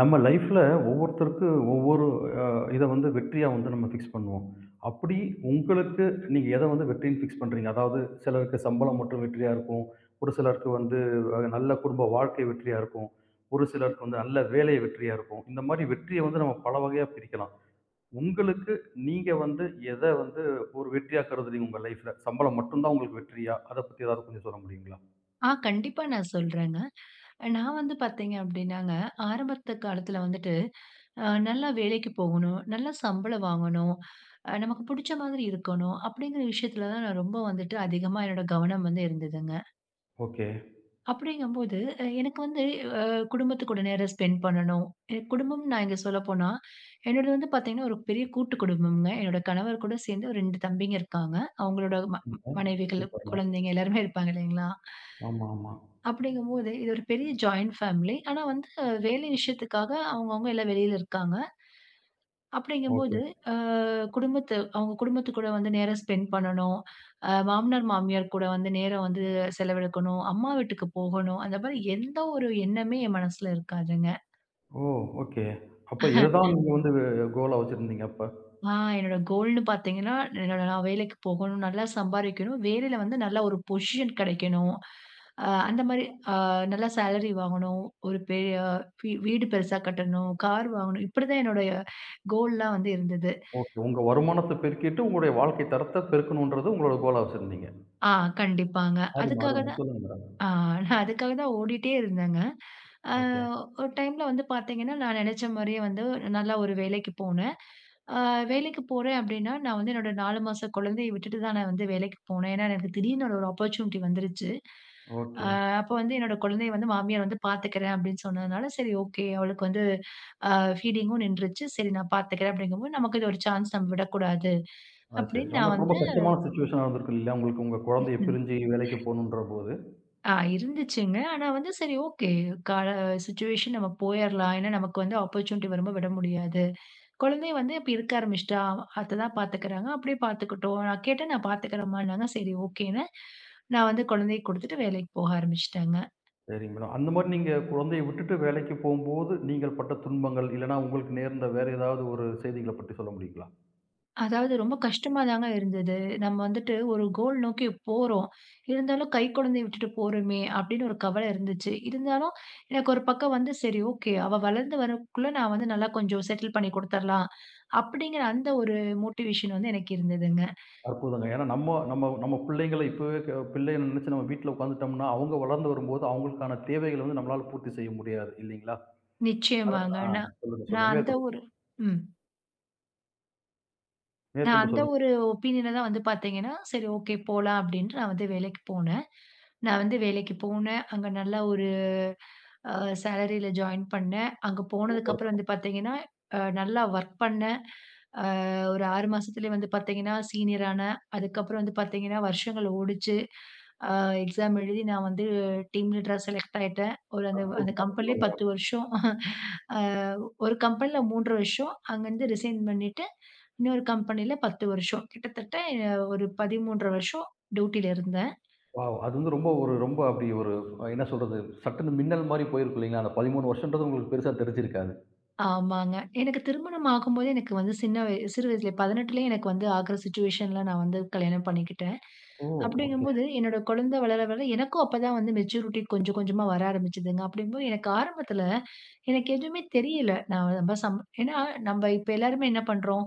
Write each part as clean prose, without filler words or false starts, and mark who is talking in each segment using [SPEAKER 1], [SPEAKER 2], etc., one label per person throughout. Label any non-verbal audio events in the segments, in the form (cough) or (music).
[SPEAKER 1] நம்ம லைஃப்ல ஒவ்வொருத்தருக்கு ஒவ்வொரு அ இத வந்து வெற்றியா வந்து நம்ம ஃபிக்ஸ் பண்ணுவோம். அப்படி உங்களுக்கு நீங்க எத வந்து வெற்றின்னு ஃபிக்ஸ் பண்றீங்க? அதாவது சிலருக்கு சம்பளம் மட்டும் வெற்றியா இருக்கும். ஒரு சிலருக்கு வந்து நல்ல குடும்ப வாழ்க்கை வெற்றியா இருக்கும். ஒரு சிலருக்கு வந்து நல்ல வேலை வெற்றியா இருக்கும். இந்த மாரி வெற்றிய வந்து நம்ம பல வகையா பிரிக்கலாம். உங்களுக்கு நீங்க வந்து எத வந்து ஒரு வெற்றியா கருதுறீங்க உங்க லைஃப்ல? சம்பளம் மட்டும் தான் உங்களுக்கு வெற்றியா? அத பத்தி ஏதாவது கொஞ்சம் சொல்ல முடியுங்களா?
[SPEAKER 2] கண்டிப்பா நான் சொல்றேங்க. நான் வந்து பார்த்தீங்க அப்டின்னாங்க, ஆரம்பத்த காலத்துல வந்துட்டு, நல்லா வேலைக்கு போகணும், நல்லா சம்பளம் வாங்கணும், நமக்கு புடிச்ச மாதிரி இருக்கணும், அப்டிங்கிற விஷயத்துல தான் நான் ரொம்ப வந்துட்டு அதிகமா என்னோட கவனம் வந்து இருந்ததுங்க.
[SPEAKER 1] ஓகே.
[SPEAKER 2] அப்டிங்கும்போது எனக்கு வந்து அ குடும்பத்து கூட நேரம் ஸ்பெண்ட் பண்ணணும். குடும்பம் நான் இங்க சொல்லப்போனா, என்னோடது வந்து பார்த்தீங்கன்னா, ஒரு பெரிய கூட்டு குடும்பம்ங்க. என்னோட கணவர் கூட சேர்ந்து ஒரு 2 தம்பிங்க இருக்காங்க. அவங்களோட
[SPEAKER 1] ம்.
[SPEAKER 2] மனைவிகள்,
[SPEAKER 1] சூப்பர்ங்க.
[SPEAKER 2] குழந்தைங்க எல்லாருமே இருப்பாங்க இல்லைங்களா?
[SPEAKER 1] ஆமா, ஆமா.
[SPEAKER 2] அப்படிங்கும்போது, இது ஒரு பெரிய ஜாயிண்ட் ஃபேமிலி. ஆனா வந்து வேலை விஷயத்துக்காக அவங்கவங்க எல்லாம் வெளியில இருக்காங்க. அப்படிங்கும்போது,
[SPEAKER 1] ஓகே.
[SPEAKER 2] அ அவங்க குடும்பத்து கூட வந்து நேரம் ஸ்பெண்ட் பண்ணணும். மாமனார், மாமியார் கூட வந்து நேரம் வந்து செலவிடக்கணும். அம்மா வீட்டுக்கு போகணும். அந்த மாரி எந்த ஒரு எண்ணமே என் மனசுல இருக்காதுங்க.
[SPEAKER 1] ஓ! ஓகே. அப்ப இதுதான் நீங்க வந்து கோலா வச்சிருந்தீங்க அப்ப.
[SPEAKER 2] ஆ என்னோட கோல்ன்னு பார்த்தீங்கன்னா, என்னோட நான் வேலைக்கு போகணும், நல்லா சம்பாரிக்கணும், வேலையில வந்து நல்ல ஒரு பொசிஷன் கிடைக்கணும். அந்த மாரி அ நல்லா சேலரி வாங்கணும், ஒரு பெரிய வீடு பெருசா கட்டணும், கார் வாங்கணும். இப்படிதான் என்னோட கோல்லாம் வந்து இருந்தது.
[SPEAKER 1] ஓகே. உங்க வருமானத்த பெருக்கிட்டு, உங்களுடைய வாழ்க்கை தரத்த பெருக்கணுன்றது உங்களோட கோலா வச்சிருந்தீங்க.
[SPEAKER 2] ஆ கண்டிப்பாங்க.
[SPEAKER 1] அரும,
[SPEAKER 2] அதுக்காக
[SPEAKER 1] அரும. சொல்லுங்க மேடம்.
[SPEAKER 2] ஆ நான் அதுக்காக தான் ஓடிட்டே இருந்தேங்க. அ
[SPEAKER 1] ஓகே,
[SPEAKER 2] ஒரு டைம்ல வந்து பார்த்தீங்கன்னா, நான் நெனச்ச மாரியே வந்து நல்லா ஒரு வேலைக்கு போனேன். அ வேலைக்கு போறேன் அப்டின்னா, நான் வந்து என்னோட 4 மாச குழந்தைய விட்டுட்டு தான் நான் வந்து வேலைக்கு போனேன். ஏன்னா, எனக்கு திடீர்னு ஒரு ஆப்பர்ச்சுனிட்டி வந்துருச்சு. அ
[SPEAKER 1] ஓகே.
[SPEAKER 2] அப்போ வந்து என்னோட குழந்தைய வந்து மாமியார் வந்து பார்த்துக்கிறேன் அப்டின்னு சொன்னதுனால, சரி ஓகே அவளுக்கு வந்து அ ஃபீடிங்கும் நின்றுச்சு. சரி நான் பார்த்துக்கிறேன் அப்டிங்கும்போது, நமக்கு இது ஒரு சான்ஸ் நம்ம விடக்கூடாது
[SPEAKER 1] அது சரி.
[SPEAKER 2] அப்டின்னு
[SPEAKER 1] ஆனா
[SPEAKER 2] நான்
[SPEAKER 1] ரொம்ப
[SPEAKER 2] வந்து
[SPEAKER 1] கஷ்டமான சிச்சுவேஷனா இருந்திருக்கும் இல்லையா? உங்களுக்கு உங்க குழந்தைய பிரிஞ்சு வேலைக்கு போகணுன்றபோது.
[SPEAKER 2] இருந்துச்சுங்க. ஆனா வந்து சரி ஓகே. கால சிச்சுவேஷன் நம்ம போயிரலாம். ஏன்னா, நமக்கு வந்து ஆப்பர்ச்சுனிட்டி வரும்போது விட முடியாது. குழந்தையும் வந்து இப்ப இருக்க ஆரம்பிச்சுட்டா, அத்த தான் பாத்துக்கிறாங்க. அப்படியே பாத்துக்கட்டும். நான் கேட்டேன், நான் பாத்துக்கிறேம்மான்னாங்க. சரி ஓகேன்னு, நான் வந்து குழந்தைய குடுத்துட்டு வேலைக்கு போக ஆரம்பிச்சுட்டேங்க.
[SPEAKER 1] சரிங்க மேடம். அந்த மாரி நீங்க குழந்தைய விட்டுட்டு வேலைக்கு போம்போது, நீங்கள் பட்ட துன்பங்கள், இல்லன்னா உங்களுக்கு நேர்ந்த வேற ஏதாவது ஒரு செய்திகள பற்றி சொல்ல முடியுங்களா?
[SPEAKER 2] அதாவது ரொம்ப கஷ்டமா தாங்க இருந்தது. நம்ம வந்துட்டு ஒரு கோல் நோக்கி போறோம். இருந்தாலும் கைக்குழந்தைய விட்டுட்டு போறோமே! அப்பிடின்னு ஒரு கவல இருந்துச்சு. இருந்தாலும் எனக்கு ஒரு பக்கம் வந்து சரி ஓகே. அவ வளர்ந்து வரக்குள்ள நான் வந்து நல்லா கொஞ்சம் செட்டில் பண்ணி குடுத்துர்லாம். அப்பிடிங்கிற அந்த ஒரு மோட்டிவேஷன் வந்து எனக்கு இருந்ததுங்க.
[SPEAKER 1] அற்புதங்க. ஏன்னா நம்ம நம்ம நம்ம பிள்ளைங்கள இப்பவே பிள்ளைன்னு நினைச்சு நம்ம வீட்ல உட்காந்துட்டோம்னா, அவங்க வளர்ந்து வரும்போது அவங்களுக்கான தேவைகள வந்து நம்மளால பூர்த்தி செய்ய முடியாது இல்லைங்களா?
[SPEAKER 2] நிச்சயமாங்க.
[SPEAKER 1] ஆ,
[SPEAKER 2] நான்
[SPEAKER 1] சொல்லுங்க,
[SPEAKER 2] நான்
[SPEAKER 1] சொல்லுங்க.
[SPEAKER 2] அந்த
[SPEAKER 1] மேற்கொண்டு
[SPEAKER 2] ஒரு ம். நான்
[SPEAKER 1] மேற்கொண்டு
[SPEAKER 2] அந்த
[SPEAKER 1] சொல்லுங்க.
[SPEAKER 2] ஒரு ஒப்பீனியன தான் வந்து பார்த்தீங்கன்னா, சரி ஓகே போலாம் அப்டின்ட்டு நான் வந்து வேலைக்கு போனேன். நான் வந்து வேலைக்கு போனேன். அங்க நல்ல ஒரு அ சேலரில ஜாயின் பண்ணேன். அங்க
[SPEAKER 1] சூப்பர்.
[SPEAKER 2] போனதுக்கப்புறம் வந்து பார்த்தீங்கன்னா, நல்லா ஒர்க் பண்ணேன். அ ஒரு 6 மாசத்துலயே வந்து பார்த்தீங்கன்னா, சீனியர் ஆனேன். அதுக்கப்புறம் வந்து பார்த்தீங்கன்னா, வருஷங்கள் ஓடுச்சு. அ எக்ஸாம் எழுதி நான் வந்து டீம் லீடரா செலக்ட் ஆயிட்டேன். ஒரு அந்த அந்த
[SPEAKER 1] அற்புதமா.
[SPEAKER 2] கம்பெனிலயே 10 வருஷம். அ ஒரு கம்பெனில 3 வருஷம் அங்கருந்து ரிசைன் பண்ணிட்டு இன்னொரு கம்பெனில 10 வருஷம். கிட்டத்தட்ட ஒரு 13 வருஷம் டியூட்டில இருந்தேன்.
[SPEAKER 1] வாவ்! அது வந்து ரொம்ப ஒரு ரொம்ப அப்படி ஒரு என்ன சொல்றது? சட்டுன்னு மின்னல் மாரி போயிருக்கும் இல்லைங்களா? அந்த 13 வருஷம்ன்றது உங்களுக்கு பெருசா தெரிஞ்சிருக்காது.
[SPEAKER 2] ஆமாங்க. எனக்கு திருமணம் ஆகும்போதே எனக்கு வந்து சின்ன வய சிறு வயசுல 18லயே எனக்கு வந்து ஆகுற சிச்சுவேஷன்ல நான் வந்து கல்யாணம் பண்ணிக்கிட்டேன்.
[SPEAKER 1] ஓ! ஓகே.
[SPEAKER 2] அப்படிங்கும்போது என்னோட குழந்தை வளர, வளர எனக்கும் அப்பதான் வந்து மெச்சூரிட்டி கொஞ்சம் கொஞ்சமா வர ஆரம்பிச்சதுங்க. அப்படிங்கும்போது எனக்கு ஆரம்பத்துல எனக்கு எதுவுமே தெரியல. நான் நம்ம சம் ஏன்னா நம்ம இப்ப எல்லாருமே என்ன பண்றோம்?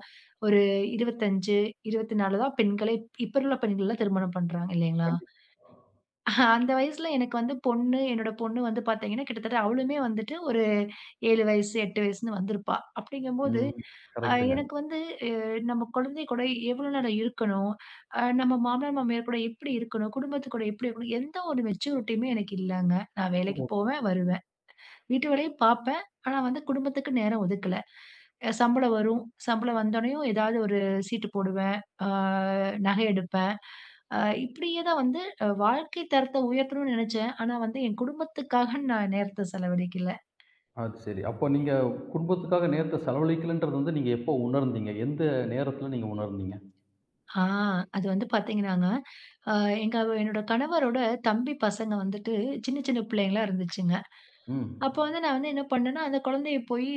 [SPEAKER 2] ஒரு 25, 24 தான் பெண்களே இப்ப உள்ள பெண்கள்லாம் திருமணம் பண்றாங்க இல்லைங்களா?
[SPEAKER 1] கண்டிப்
[SPEAKER 2] அந்த வயசுல எனக்கு வந்து என்னோட பொண்ணு வந்து பாத்தீங்கன்னா, கிட்டத்தட்ட அவளுமே வந்துட்டு ஒரு 7 வயசு, 8 வயசுன்னு வந்திருப்பா. அப்படிங்கும்போது,
[SPEAKER 1] ம். கரெக்ட்டுங்க.
[SPEAKER 2] எனக்கு வந்து அ நம்ம குழந்தை கூட எவ்வளோ நேரம் இருக்கணும்? நம்ம மாமனார், மாமியார் கூட எப்படி இருக்கணும்? குடும்பத்து கூட எப்படி இருக்கணும்? எந்த ஒரு மெச்சூரிட்டியுமே எனக்கு இல்லங்க. நான்
[SPEAKER 1] ஓ!
[SPEAKER 2] வேலைக்கு போவேன், வருவேன். வீட்டு வேலையும் பார்ப்பேன். ஆனா வந்து குடும்பத்துக்கு நேரம் ஒதுக்கல. சம்பளம் வரும். சம்பளம் வந்தோனேயும் ஏதாவது ஒரு சீட்டு போடுவேன். ஆ நகை எடுப்பேன். அ இப்படியே தான் வந்து வாழ்க்கை தரத்த உயர்த்தணும்னு நெனச்சேன். ஆனா வந்து என் குடும்பத்துக்காக நான் நேரத்த செலவழிக்கல.
[SPEAKER 1] அது சரி. அப்போ நீங்க குடும்பத்துக்காக நேரத்த செலவழிக்கலன்றது வந்து நீங்க எப்போ உணர்ந்தீங்க? எந்த நேரத்துல நீங்க உணர்ந்தீங்க?
[SPEAKER 2] ஆ அது வந்து பார்த்தீங்கன்னாங்க, அ என்னோட கணவரோட தம்பி பசங்க வந்துட்டு சின்ன சின்ன பிள்ளைங்களா இருந்துச்சுங்க. அப்ப
[SPEAKER 1] ம்.
[SPEAKER 2] வந்து நான் வந்து என்ன பண்ணேன்னா, அந்த குழந்தைய போய்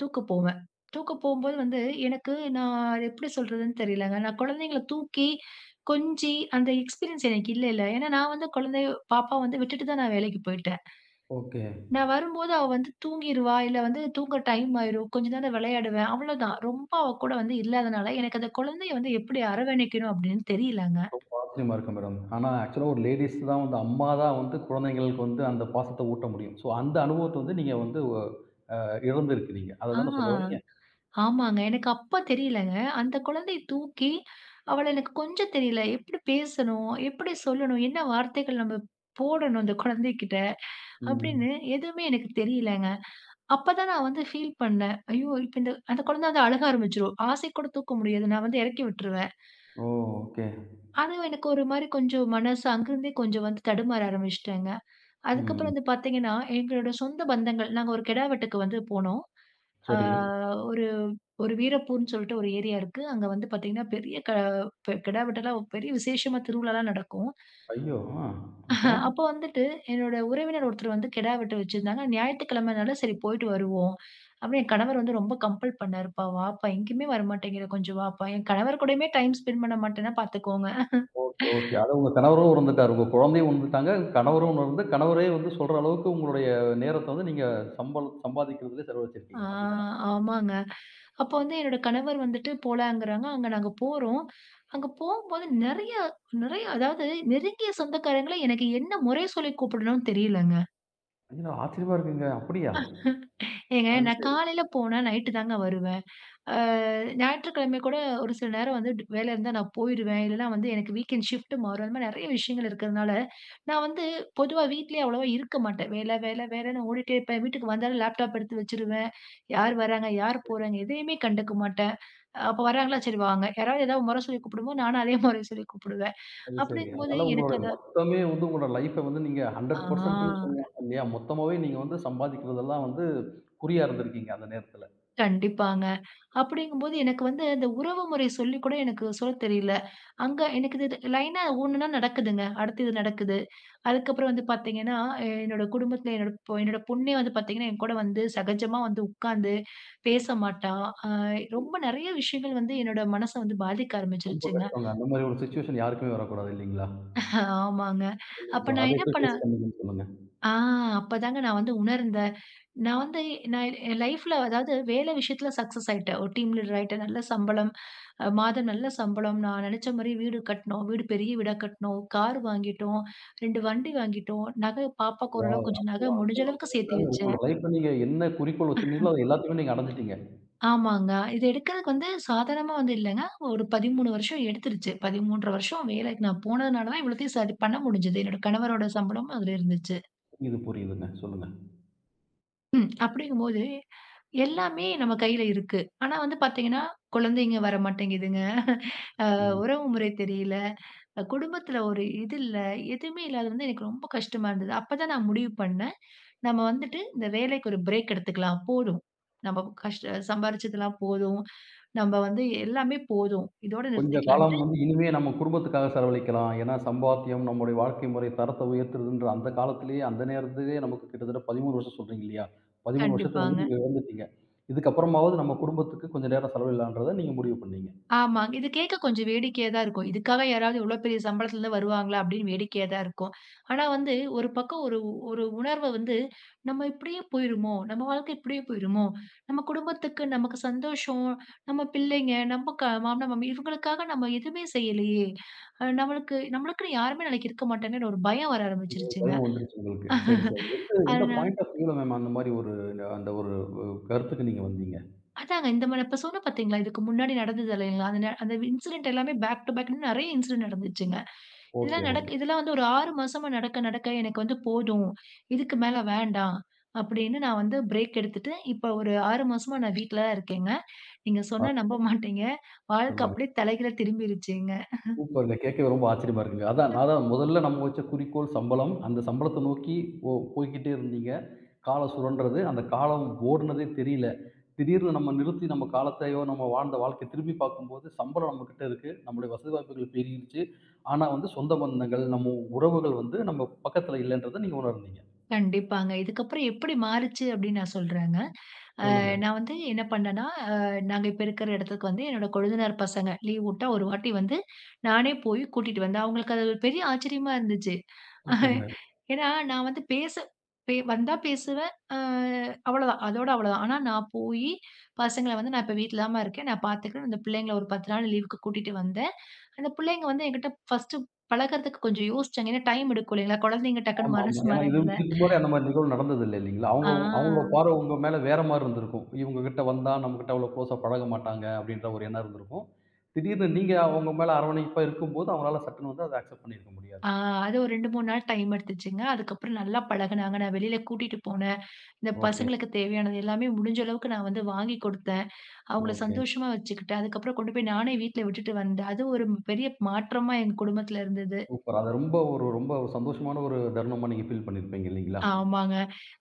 [SPEAKER 2] தூக்க போவேன். தூக்க போம்போது வந்து எனக்கு நான் அத எப்படி சொல்றதுன்னு தெரியலங்க. நான் குழந்தைங்கள தூக்கி, கொஞ்சி அந்த எக்ஸ்பீரியன்ஸ் எனக்கு இல்லல்ல. ஏன்னா நான் வந்து குழந்தைய பாப்பா வந்து விட்டுட்டு தான் நான் வேலைக்கு போயிட்டேன்.
[SPEAKER 1] ஓகே.
[SPEAKER 2] நான் வரும்போது அவ வந்து தூங்கிருவா, இல்ல வந்து தூங்க டைம் ஆயிரும். கொஞ்ச நேரம் விளையாடுவேன். அவ்வளோதான். ரொம்ப அவ கூட வந்து இல்லாதனால, எனக்கு அந்த குழந்தைய வந்து எப்படி அரவணைக்கணும் அப்படின்னு தெரியலங்க.
[SPEAKER 1] நிச்சயமா இருக்கும் மேடம். ஆனா, ஆக்சுவலா ஒரு லேடீஸ் தான் வந்து அம்மா தான் வந்து குழந்தைங்களுக்கு வந்து அந்த பாசத்த ஊட்ட முடியும். ஸோ அந்த அனுபவத்த வந்து நீங்க வந்து ஒ அ இழந்திருக்கிறீங்க. அத
[SPEAKER 2] ஆ.
[SPEAKER 1] தானே சொல்ல வர்றீங்க?
[SPEAKER 2] ஆமாங்க. எனக்கு அப்ப தெரியலங்க. அந்த குழந்தைய தூக்கி, அவள எனக்கு கொஞ்சம் தெரியல. எப்படி பேசணும்? எப்படி சொல்லணும்? என்ன வார்த்தைகள் நம்ம போடணும் அந்த குழந்தைகிட்ட?
[SPEAKER 1] ம்.
[SPEAKER 2] அப்படின்னு எதுவுமே எனக்கு தெரியலங்க. அப்பதான் நான் வந்து ஃபீல் பண்ணேன். ஐயோ! இப்ப அந்த குழந்தை வந்து அழுக ஆரம்பிச்சுரும். ஆசை கூட தூக்க முடியாது. நான் வந்து இறக்கி விட்டுருவேன்.
[SPEAKER 1] ஓ! ஓகே.
[SPEAKER 2] அது எனக்கு ஒரு மாரி கொஞ்சம் மனசு அங்கிருந்தே கொஞ்சம் வந்து தடுமாற ஆரம்பிச்சுட்டேங்க. அதுக்கப்புறம்
[SPEAKER 1] ம்.
[SPEAKER 2] வந்து பார்த்தீங்கன்னா, எங்களோட சொந்த பந்தங்கள் நாங்க ஒரு கிடா வெட்டுக்கு வந்து போனோம். ஆ
[SPEAKER 1] சரி.
[SPEAKER 2] ஒரு ஒரு வீரப்பூர்ன்னு சொல்லிட்டு ஒரு ஏரியா இருக்கு. அங்க வந்து பார்த்தீங்கன்னா, பெரிய க பெ கெடா வெட்டெல்லாம் பெரிய விசேஷமா திருவிழாலாம் நடக்கும்.
[SPEAKER 1] ஐயோ! ஆ. அப்புறம்?
[SPEAKER 2] அப்போ வந்துட்டு என்னோட உறவினர் ஒருத்தர் வந்து கெடா வெட்ட வச்சிருந்தாங்க. ஞாயித்துக்கிழமைனால சரி போயிட்டு வருவோம். அப்புறம் என் கணவர் வந்து ரொம்ப கம்பல் பண்ணாருப்பா, வாப்பா எங்கேயுமே வரமாட்டேங்கிற கொஞ்சம் வாப்பா. என் கணவர் கூடயுமே டைம் ஸ்பெண்ட் பண்ண மாட்டேன்னா பார்த்துக்கோங்க.
[SPEAKER 1] Okay, okay. அத உங்க கணவரும் உணர்ந்துட்டாரு. உங்க குழந்தையும் உணர்ந்துட்டாங்க. கணவரும் உணர்ந்து, கணவரே வந்து சொல்ற அளவுக்கு உங்களுடைய நேரத்த வந்து நீங்க சம்பளம் சம்பாதிக்கிறதிலே
[SPEAKER 2] ஆ
[SPEAKER 1] செலவழிச்சிருக்கீங்க. அப்படிதானே?
[SPEAKER 2] ஆமாங்க. அப்ப வந்து என்னோட கணவர் வந்துட்டு போலாங்கிறாங்க. அங்க நாங்க போறோம். அங்க போகும்போது நெறைய நெறைய அதாவது நெருங்கிய சொந்தக்காரங்கள எனக்கு என்ன முறை சொல்லி கூப்பிடணும்னு தெரியலங்க.
[SPEAKER 1] ஐயோ! ஆச்சரியமா இருக்குங்க. அப்படியா?
[SPEAKER 2] ஏங்க நான்
[SPEAKER 1] அது
[SPEAKER 2] காலையில போனா நைட்டு தாங்க வருவேன். அ ஞாயிற்றுக்கிழமை கூட ஒரு சில நேரம் வந்து வேலை இருந்தா நான் போயிருவேன். இல்லன்னா வந்து எனக்கு வீக்கெண்ட் ஷிஃப்ட் மாறும். அந்த மாரி நெறைய விஷயங்கள் இருக்கிறதுனால, நான் வந்து பொதுவா வீட்லயே அவ்வளவா இருக்க மாட்டேன். வேலை, வேலை, வேலைன்னு ஓடிட்டே இருப்பேன். வீட்டுக்கு வந்தாலும் லேப்டாப் எடுத்து வச்சுருவேன். யார் வராங்க, யார் போறாங்க எதையுமே கண்டுக்க மாட்டேன். அப்ப வராங்களா, சரி வாங்க. யாராவது ஏதாவது மொற சொல்லி கூப்பிடும்போது, நானும் அதே மொற சொல்லி கூப்பிடுவேன்.
[SPEAKER 1] அது சரி.
[SPEAKER 2] அப்படிங்கும்போது
[SPEAKER 1] அதனால உங்களுடைய
[SPEAKER 2] எனக்கு அந்த
[SPEAKER 1] மொத்தமே வந்து உங்களோட லைஃப்ப வந்து நீங்க 100%ன்னு
[SPEAKER 2] ஆ
[SPEAKER 1] சொல்லலாம் இல்லையா? மொத்தமாவே நீங்க வந்து சம்பாதிக்கிறதெல்லாம் வந்து குறியா இருந்திருக்கீங்க அந்த நேரத்துல.
[SPEAKER 2] கண்டிப்பாங்க. அப்படிங்கும்போது எனக்கு வந்து அந்த உறவுமுறை சொல்லி கூட எனக்கு சொல்லத் தெரியல. அங்க எனக்கு இது லைனா ஒண்ணுன்னா நடக்குதுங்க. அடுத்து இது நடக்குது. அதுக்கப்புறம் வந்து பார்த்தீங்கன்னா, என்னோட குடும்பத்தில என்னோட பொண்ணே வந்து பார்த்தீங்கன்னா, என் கூட வந்து சகஜமா வந்து உட்கார்ந்து பேச மாட்டா. அ ரொம்ப நெறைய விஷயங்கள் வந்து என்னோட மனச வந்து பாதிக்க
[SPEAKER 1] ரொம்ப
[SPEAKER 2] ஆரம்பிச்சுருச்சுங்க.
[SPEAKER 1] கஷ்டங்க. அந்த மாரி ஒரு சிச்சுவேஷன் யாருக்குமே வரக்கூடாது இல்லீங்களா?
[SPEAKER 2] ஆமாங்க.
[SPEAKER 1] சோ
[SPEAKER 2] அப்ப
[SPEAKER 1] அத
[SPEAKER 2] நான் என்ன
[SPEAKER 1] எப்படி ஃபேஸ்
[SPEAKER 2] பண்ணேன்
[SPEAKER 1] பண்ணீங்கன்னு சொல்லுங்க.
[SPEAKER 2] ஆ அப்பதாங்க நான் வந்து உணர்ந்தேன். நான் வந்து நான் என் லைஃப்ல அதாவது வேலை விஷயத்துல சக்சஸ் ஆயிட்டேன். ஒரு டீம் லீடர் ஆயிட்டேன். நல்ல சம்பளம். மாதம் நல்ல சம்பளம். நான் நினைச்ச மாரி வீடு கட்டுனோம். வீடு பெரிய வீடா கட்டுனோம். கார் வாங்கிட்டோம். 2 வண்டி வாங்கிட்டோம். நகை பாப்பாக்கு ஓரளவு
[SPEAKER 1] வாவ்!
[SPEAKER 2] கொஞ்சம் நகை முடிஞ்ச அளவுக்கு சேர்த்து
[SPEAKER 1] எல்லாமே
[SPEAKER 2] வச்சேன்.
[SPEAKER 1] உங்களோட லைஃப்ல நீங்க என்ன குறிக்கோள் வச்சிருந்தீங்களோ, அது எல்லாத்தையுமே நீங்க அடைஞ்சுட்டீங்க.
[SPEAKER 2] ஆமாங்க. இது எடுக்கிறதுக்கு வந்து சாதாரணமா வந்து இல்லங்க. ஒரு 13 வருஷம் எடுத்துருச்சு. 13 1/2 வருஷம் வேலைக்கு நான் போனதுனால தான் இவ்வளத்தையும் சரி பண்ண முடிஞ்சது. என்னோட கணவரோட சம்பளமும் அதுல இருந்துச்சு.
[SPEAKER 1] புரியுது, புரியுதுங்க. சொல்லுங்க.
[SPEAKER 2] அப்படிங்கும்போது, எல்லாமே நம்ம கையில இருக்கு. ஆனா வந்து பாத்தீங்கன்னா, குழந்தைங்க வரமாட்டேங்குதுங்க. உறவு முறை தெரியல. குடும்பத்துல ஒரு இது இல்ல. எதுவுமே இல்லாதது வந்து எனக்கு ரொம்ப கஷ்டமா இருந்தது. அப்பதான் நான் முடிவு பண்ணேன். நம்ம வந்துட்டு இந்த வேலைக்கு ஒரு பிரேக் எடுத்துக்கலாம். போதும். நம்ம கஷ்ட சம்பாரிச்சதெல்லாம் போதும். நம்ம வந்து எல்லாமே போதும். இதோட
[SPEAKER 1] கொஞ்ச காலம்
[SPEAKER 2] நிறுத்திக்கலான்ட்டு.
[SPEAKER 1] வந்து இனிமே நம்ம குடும்பத்துக்காக செலவழிக்கலாம். ஏன்னா, சம்பாத்தியம் நம்முடைய வாழ்க்கை முறை தரத்த உயர்த்துதுன்ற அந்த காலத்திலேயே, அந்த நேரத்திலேயே நமக்கு கிட்டத்தட்ட 13 வருஷம் சொல்றீங்க இல்லையா? 13 வருஷத்த வந்து
[SPEAKER 2] கண்டிப்பாங்க.
[SPEAKER 1] நீங்க இழந்துட்டீங்க. இதுக்கப்புறமாவது நம்ம குடும்பத்துக்கு கொஞ்ச நேரம் செலவிடலான்றத நீங்க முடிவு பண்ணீங்க.
[SPEAKER 2] ஆமாங்க. இது கேட்க கொஞ்சம் வேடிக்கையா தான் இருக்கும். இதுக்காக யாராவது இவ்ளோ பெரிய சம்பளத்துலருந்து வருவாங்களா? அப்படின்னு வேடிக்கையா தான் இருக்கும். ஆனா வந்து ஒரு பக்கம் ஒரு ஒரு உணர்வ வந்து, நம்ம இப்படியே போயிருமோ? நம்ம வாழ்க்கை இப்படியே போயிருமோ? நம்ம குடும்பத்துக்கு, நமக்கு சந்தோஷம், நம்ம பிள்ளைங்க, நம்ம க மாமனார், மாமி இவங்களுக்காக நம்ம எதுவுமே செய்யலையே! நம்மளுக்குன்னு யாருமே நாளைக்கு இருக்க மாட்டாங்கன்னு ஒரு பயம் வர ஆரம்பிச்சுருச்சுங்க.
[SPEAKER 1] பயம் வந்துருச்சு உங்களுக்கு. சரி, சரி. எந்த எந்த
[SPEAKER 2] அதனால
[SPEAKER 1] பாயிண்ட் ஆஃப் வியூல மேம் அந்த மாரி ஒரு அந்த ஒரு கருத்துக்கு நீங்க வந்தீங்க?
[SPEAKER 2] அதாங்க இந்த மாரி இப்ப சொன்னேன் பார்த்தீங்களா? இதுக்கு முன்னாடி நடந்தது இல்லைங்களா? அந்த இன்சிடென்ட் எல்லாமே பேக் டூ பேக்ன்னு நெறைய இன்சிடென்ட் நடந்துச்சுங்க.
[SPEAKER 1] Okay, okay.
[SPEAKER 2] இதெல்லாம் வந்து ஒரு 6 மாசமா நடக்க, நடக்க எனக்கு வந்து போதும். இதுக்கு மேல வேண்டாம். அப்படின்னு நான் வந்து பிரேக் எடுத்துட்டு, இப்ப ஒரு 6 மாசமா நான் வீட்ல தான் இருக்கேங்க. நீங்க
[SPEAKER 1] ஆ,
[SPEAKER 2] சொன்னா நம்ப மாட்டீங்க. வாழ்க்கை
[SPEAKER 1] சொல்லுங்க.
[SPEAKER 2] அப்படியே தலைகீழா திரும்பிருச்சுங்க.
[SPEAKER 1] சூப்பருங்க. கேட்கவே ரொம்ப ஆச்சரியமா இருக்குங்க. அதான் அதான் முதல்ல நம்ம வச்ச குறிக்கோள் சம்பளம். அந்த சம்பளத்த நோக்கி போய்க்கிட்டே இருந்தீங்க. காலம் சுழன்றது. அந்த காலம் ஓடுனதே தெரியல. திடீர்னு நம்ம நிறுத்தி நம்ம காலத்தையோ, நம்ம வாழ்ந்த வாழ்க்கைய திரும்பி பார்க்கும்போது, சம்பளம் நம்மகிட்ட இருக்கு. நம்முடைய வசதி வாய்ப்புகள் பெருகிருச்சு. ஆனா வந்து சொந்த பந்தங்கள், நம்ம உறவுகள் வந்து நம்ம பக்கத்துல இல்லன்றத நீங்க உணர்ந்தீங்க.
[SPEAKER 2] கண்டிப்பாங்க. இதுக்கப்புறம் எப்படி மாறுச்சு அப்படின்னு நான் சொல்றேங்க.
[SPEAKER 1] சொல்லுங்க.
[SPEAKER 2] நான் வந்து என்ன பண்ணேன்னா, அ நாங்க இப்ப இருக்கிற இடத்துக்கு வந்து என்னோட கொழுந்தனார் பசங்க லீவ் வுட்டா ஒரு வாட்டி வந்து நானே போய் கூட்டிட்டு வந்தேன். அவங்களுக்கு அது ஒரு பெரிய ஆச்சரியமா இருந்துச்சு. (laughs) அஹ்,
[SPEAKER 1] சூப்பருங்க.
[SPEAKER 2] ஏன்னா நான் வந்து பேச பே வந்தா பேசுவேன். அவ்வளோதான். அதோட அவ்வளோதான். ஆனா நான் போயி பசங்கள வந்து நான் இப்ப வீட்ல தாம்மா இருக்கேன். நான் பார்த்துக்கிறேன். அந்த பிள்ளைங்கள ஒரு 10 நாள் லீவுக்கு கூட்டிட்டு வந்தேன். அந்த பிள்ளைங்க வந்து என்கிட்ட ஃபர்ஸ்ட்டு பழகுறதுக்கு கொஞ்சம் யோசிச்சாங்க. ஏன்னா டைம் எடுக்கும் இல்லைங்களா? குழந்தைங்க டக்குன்னு
[SPEAKER 1] ஆமா,
[SPEAKER 2] மனசு
[SPEAKER 1] ஆமா. ஏன்னா
[SPEAKER 2] மாறாதுல்ல.
[SPEAKER 1] இதுக்கு முன்னாடி அந்த மாரி நிகழ்வு நடந்தது இல்லீங்களா?
[SPEAKER 2] ஆ.
[SPEAKER 1] அவங்களோட பார்வை உங்க மேல வேற மாரி இருந்திருக்கும். இவங்க கிட்ட வந்தா நம்மகிட்ட அவ்வளோ குளோஸா பழக மாட்டாங்க அப்படின்ற ஒரு எண்ணம் இருந்திருக்கும். திடீர்னு நீங்க அவங்க மேல அரவணைப்பா இருக்கும்போது, அவங்களால சட்டுன்னு வந்து அத அக்செப்ட் பண்ணியிருக்க முடியாது.
[SPEAKER 2] ஆ அது ஒரு 2, 3 நாள் டைம் எடுத்துச்சுங்க. அதுக்கப்புறம் நல்லா பழகுனாங்க. நான் வெளியில கூட்டிட்டு போனேன். இந்த
[SPEAKER 1] ஓகே,
[SPEAKER 2] பசங்களுக்கு தேவையானது எல்லாமே முடிஞ்ச அளவுக்கு நான் வந்து வாங்கி கொடுத்தேன். அவங்கள
[SPEAKER 1] ஓகே.
[SPEAKER 2] சந்தோஷமா வச்சுக்கிட்டேன். அதுக்கப்புறம் கொண்டு போய் நானே வீட்ல விட்டுட்டு வந்தேன். அது ஒரு பெரிய மாற்றமா எங்க குடும்பத்துல இருந்தது.
[SPEAKER 1] சூப்பர். அத ரொம்ப ஒரு ரொம்ப ஒரு சந்தோஷமான ஒரு தருணமா நீங்க ஃபீல் பண்ணியிருப்பீங்க இல்லீங்களா?
[SPEAKER 2] ஆமாங்க.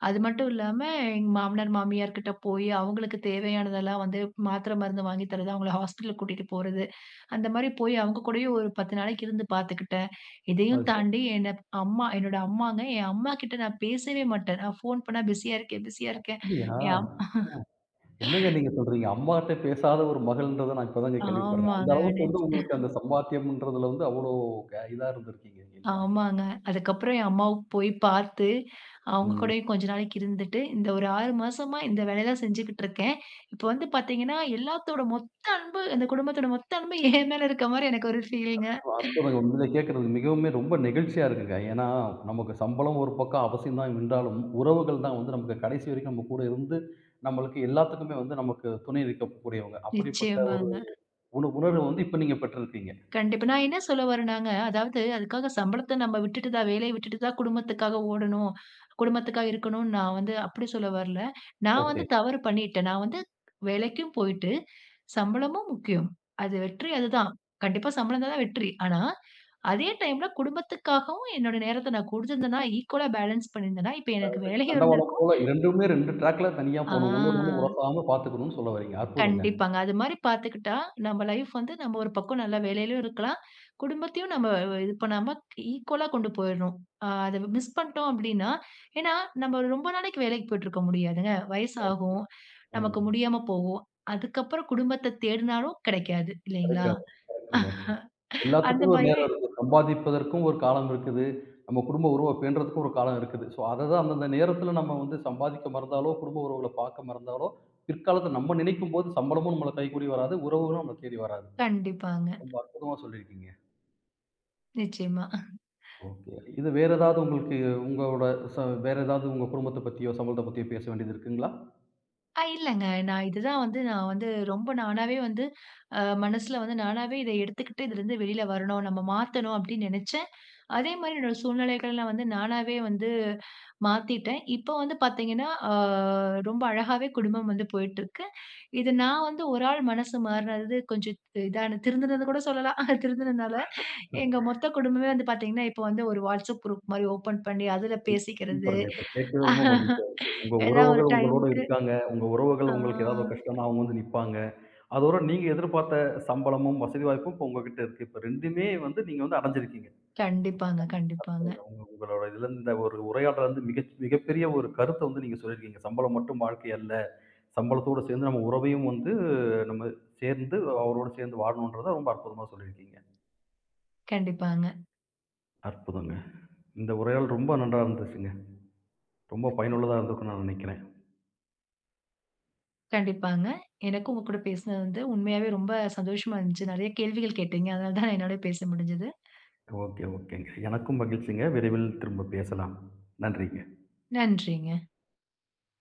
[SPEAKER 2] அது மட்டும் இல்லாம, எங்க மாமனார், மாமியார் கிட்ட போயி, அவங்களுக்கு தேவையானதெல்லாம் வந்து மாத்திரை, மருந்து வாங்கி தர்றது, அவங்கள ஹாஸ்பிட்டலுக்கு கூட்டிட்டு போறது. அந்த மாரி போய் அவங்க கூடயும் ஒரு 10 நாளைக்கு இருந்து பார்த்துக்கிட்டேன். இதையும்
[SPEAKER 1] அது சரி.
[SPEAKER 2] தாண்டி என்ன அம்மா என்னோட அம்மாங்க, என் அம்மா கிட்ட நான் பேசவே மாட்டேன். நான் ஃபோன் பண்ணா பிஸியா இருக்கேன்.
[SPEAKER 1] அப்படியா?
[SPEAKER 2] என் அம்
[SPEAKER 1] என்னங்க நீங்க சொல்றீங்க? அம்மாட்ட பேசாத ஒரு மகள்ன்றத நான் இப்ப தாங்க கேள்விப்படுறேன். அந்த
[SPEAKER 2] ஆமாங்க.
[SPEAKER 1] அளவுக்கு வந்து உங்களுக்கு அந்த சம்பாத்தியம்ன்றதுல வந்து அவ்வளோ இதா இருந்திருக்கீங்க இல்லையா?
[SPEAKER 2] ஆமாங்க. அதுக்கப்புறம் என் அம்மாவ போய் பார்த்து, அவங்க
[SPEAKER 1] ம்.
[SPEAKER 2] கூடயும் கொஞ்ச நாளைக்கு இருந்துட்டு, இந்த ஒரு 6 மாசமா இந்த வேலைய தான் செஞ்சுகிட்டு இருக்கேன். இப்ப வந்து பார்த்தீங்கன்னா, எல்லாத்தோட மொத்த அன்பு அந்த குடும்பத்தோட மொத்த அன்பு என் மேல இருக்க மாரி எனக்கு ஒரு ஃபீலிங்க.
[SPEAKER 1] அற்புதங்க. உங்கள கேட்கறது மிகவுமே ரொம்ப நெகிழ்ச்சியா இருக்குங்க. ஏன்னா, நமக்கு சம்பளம் ஒரு பக்கம் அவசியம் தான் என்றாலும், உறவுகள் தான் வந்து நமக்கு கடைசி வரைக்கும் நம்ம கூட இருந்து, நம்மளுக்கு எல்லாத்துக்குமே வந்து நமக்கு துணை நிற்கக்கூடியவங்க. அப்படிப்பட்ட
[SPEAKER 2] நிச்சயமா.
[SPEAKER 1] ஒரு உணர்வு வந்து இப்ப நீங்க பெற்றிருக்கீங்க.
[SPEAKER 2] கண்டிப்பா. நான் என்ன சொல்ல வரேன்னாங்க, அதாவது அதுக்காக சம்பளத்த நம்ம விட்டுட்டு தான் வேலைய விட்டுட்டு தான் குடும்பத்துக்காக ஓடணும், குடும்பத்துக்காக இருக்கணும்னு நான் வந்து அப்படி சொல்ல வரல. நான் வந்து
[SPEAKER 1] ஓகே.
[SPEAKER 2] தவறு பண்ணிட்டேன். நான் வந்து வேலைக்கும் போயிட்டு, சம்பளமும் முக்கியம். அது வெற்றி அதுதான். கண்டிப்பா சம்பளம் தான் வெற்றி. ஆனா, அதே டைம்ல குடும்பத்துக்காகவும் என்னோட நேரத்த நான் கொடுத்திருந்தேன்னா, ஈக்குவலா பேலன்ஸ் பண்ணியிருந்தேன்னா, இப்ப எனக்கு வேலையும்
[SPEAKER 1] தண்டவாளம்
[SPEAKER 2] இருந்திருக்கும்.
[SPEAKER 1] போல 2மே 2 ட்ராக்ல தனியா போணும். ஒன்னோடு ஒண்ணு
[SPEAKER 2] ஆ.
[SPEAKER 1] உரசாம பார்த்துக்கணும்னு சொல்ல வர்றீங்க. அற்புதங்க.
[SPEAKER 2] கண்டிப்பாங்க. அது மாரி பார்த்துக்கிட்டா, நம்ம லைஃப் வந்து நம்ம ஒரு பக்கம் நல்ல வேலையிலயும் இருக்கலாம். குடும்பத்தையும் நம்ம இது பண்ணாம ஈக்குவலா கொண்டு போயிடணும். அத மிஸ் பண்ணிட்டோம் அப்டின்னா, ஏன்னா நம்ம ரொம்ப நாளைக்கு வேலைக்கு போயிட்டுருக்க முடியாதுங்க. வயசாகும், நமக்கு
[SPEAKER 1] ம்.
[SPEAKER 2] முடியாம போகும். அதுக்கப்புறம் குடும்பத்த தேடினாலும் கிடைக்காது இல்லைங்களா?
[SPEAKER 1] கரெக்ட்டா கரெக்ட்டுங்க.
[SPEAKER 2] அந்த
[SPEAKER 1] எல்லாத்துக்குமே ஒரு
[SPEAKER 2] பயம்
[SPEAKER 1] நேரம் இருக்கு. சம்பாதிப்பதற்கும் ஒரு காலம் இருக்குது. நம்ம குடும்ப உறவ பேணுறதுக்கும் ஒரு காலம் இருக்குது. ஸோ, அத தான் அந்தந்த நேரத்தில நம்ம வந்து சம்பாதிக்க மறந்தாலோ, குடும்ப உறவுகள பார்க்க மறந்தாலோ, பிற்காலத்தில நம்ம நினைக்கும்போது சம்பளமும் நம்மள கைக்கூடி வராது. உறவுகளும் நம்மள தேடி வராது.
[SPEAKER 2] கண்டிப்பாங்க.
[SPEAKER 1] ரொம்ப அற்புதமா சொல்லியிருக்கீங்க.
[SPEAKER 2] நிச்சயமா.
[SPEAKER 1] ஓகே. இது வேற ஏதாவது உங்களுக்கு உங்களோட ச வேற ஏதாவது உங்க குடும்பத்த பத்தியோ, சம்பளத்த பத்தியோ பேச வேண்டியது இருக்குங்களா?
[SPEAKER 2] இல்லங்க. நான் இதுதான் வந்து நான் வந்து ரொம்ப நானாவே வந்து மனசுல வந்து நானாவே இத எடுத்துக்கிட்டு இதுலருந்து வெளில வரணும். நம்ம மாத்தணும் அப்டின்னு நெனச்சேன். அதே மாரி என்னோட சூழ்நிலைகள்லாம் வந்து நானாவே வந்து மாத்திட்டேன். இப்போ வந்து பாத்தீங்கன்னா, ரொம்ப அழகாவே குடும்பம் வந்து போயிட்டுருக்கு. இது நான் வந்து ஒரு ஆள் மனசு மாறுனது கொஞ்சம் இதான திருந்துனது கூட சொல்லலாம். (laughs) திருந்துனதுனால எங்க மொத்த குடும்பமே வந்து பாத்தீங்கன்னா, இப்போ வந்து ஒரு வாட்ஸ்அப் குரூப் மாரி ஓப்பன் பண்ணி அதுல பேசிக்கிறது.
[SPEAKER 1] சூப்பருங்க. இப்ப கேட்கவே ரொம்ப மகிழ்ச்சியா இருக்கு.
[SPEAKER 2] (laughs)
[SPEAKER 1] உங்க
[SPEAKER 2] ஏதாவது ஒரு
[SPEAKER 1] உறவுகள் உங்களோட
[SPEAKER 2] டைமுக்கு
[SPEAKER 1] இருக்காங்க. உங்க
[SPEAKER 2] ஆ.
[SPEAKER 1] உறவுகள் உங்களுக்கு ஏதாவது ஒரு கஷ்டம்னா அவங்க வந்து நிப்பாங்க. அதோட நீங்க எதிர்பார்த்த சம்பளமும், வசதி வாய்ப்பும் இப்ப உங்ககிட்ட இருக்கு. இப்ப 2மே வந்து நீங்க வந்து அடைஞ்சிருக்கீங்க.
[SPEAKER 2] கண்டிப்பாங்க,
[SPEAKER 1] அதானே?
[SPEAKER 2] கண்டிப்பாங்க,
[SPEAKER 1] உங்களோட இதுல இந்த ஒரு உரையாடல வந்து மிகப்பெரிய ஒரு கருத்த வந்து நீங்க சொல்லியிருக்கீங்க. சம்பளம் மட்டும் வாழ்க்கை அல்ல. சம்பளத்தோட சேர்ந்து நம்ம உறவையும் வந்து நம்ம சேர்ந்து அவரோட சேர்ந்து வாழணுன்றத ரொம்ப அற்புதமா சொல்லியிருக்கீங்க.
[SPEAKER 2] கண்டிப்பாங்க,
[SPEAKER 1] அற்புதங்க. இந்த உரையாடல் ரொம்ப நன்றா இருந்துச்சுங்க. ரொம்ப பயனுள்ளதா இருந்திருக்கும்னு நான் நினைக்கிறேன்.
[SPEAKER 2] கண்டிப்பாங்க. எனக்கும் உங்க கூட பேசினது வந்து உண்மையாவே ரொம்ப சந்தோஷமா இருந்துச்சு. நெறைய கேள்விகள் கேட்டீங்க. அதனால தான் என்னால பேச முடிஞ்சது.
[SPEAKER 1] ஓகே, ஓகேங்க. எனக்கும் மகிழ்ச்சிங்க. விரைவில் திரும்ப பேசலாம். நன்றிங்க.
[SPEAKER 2] நன்றிங்க.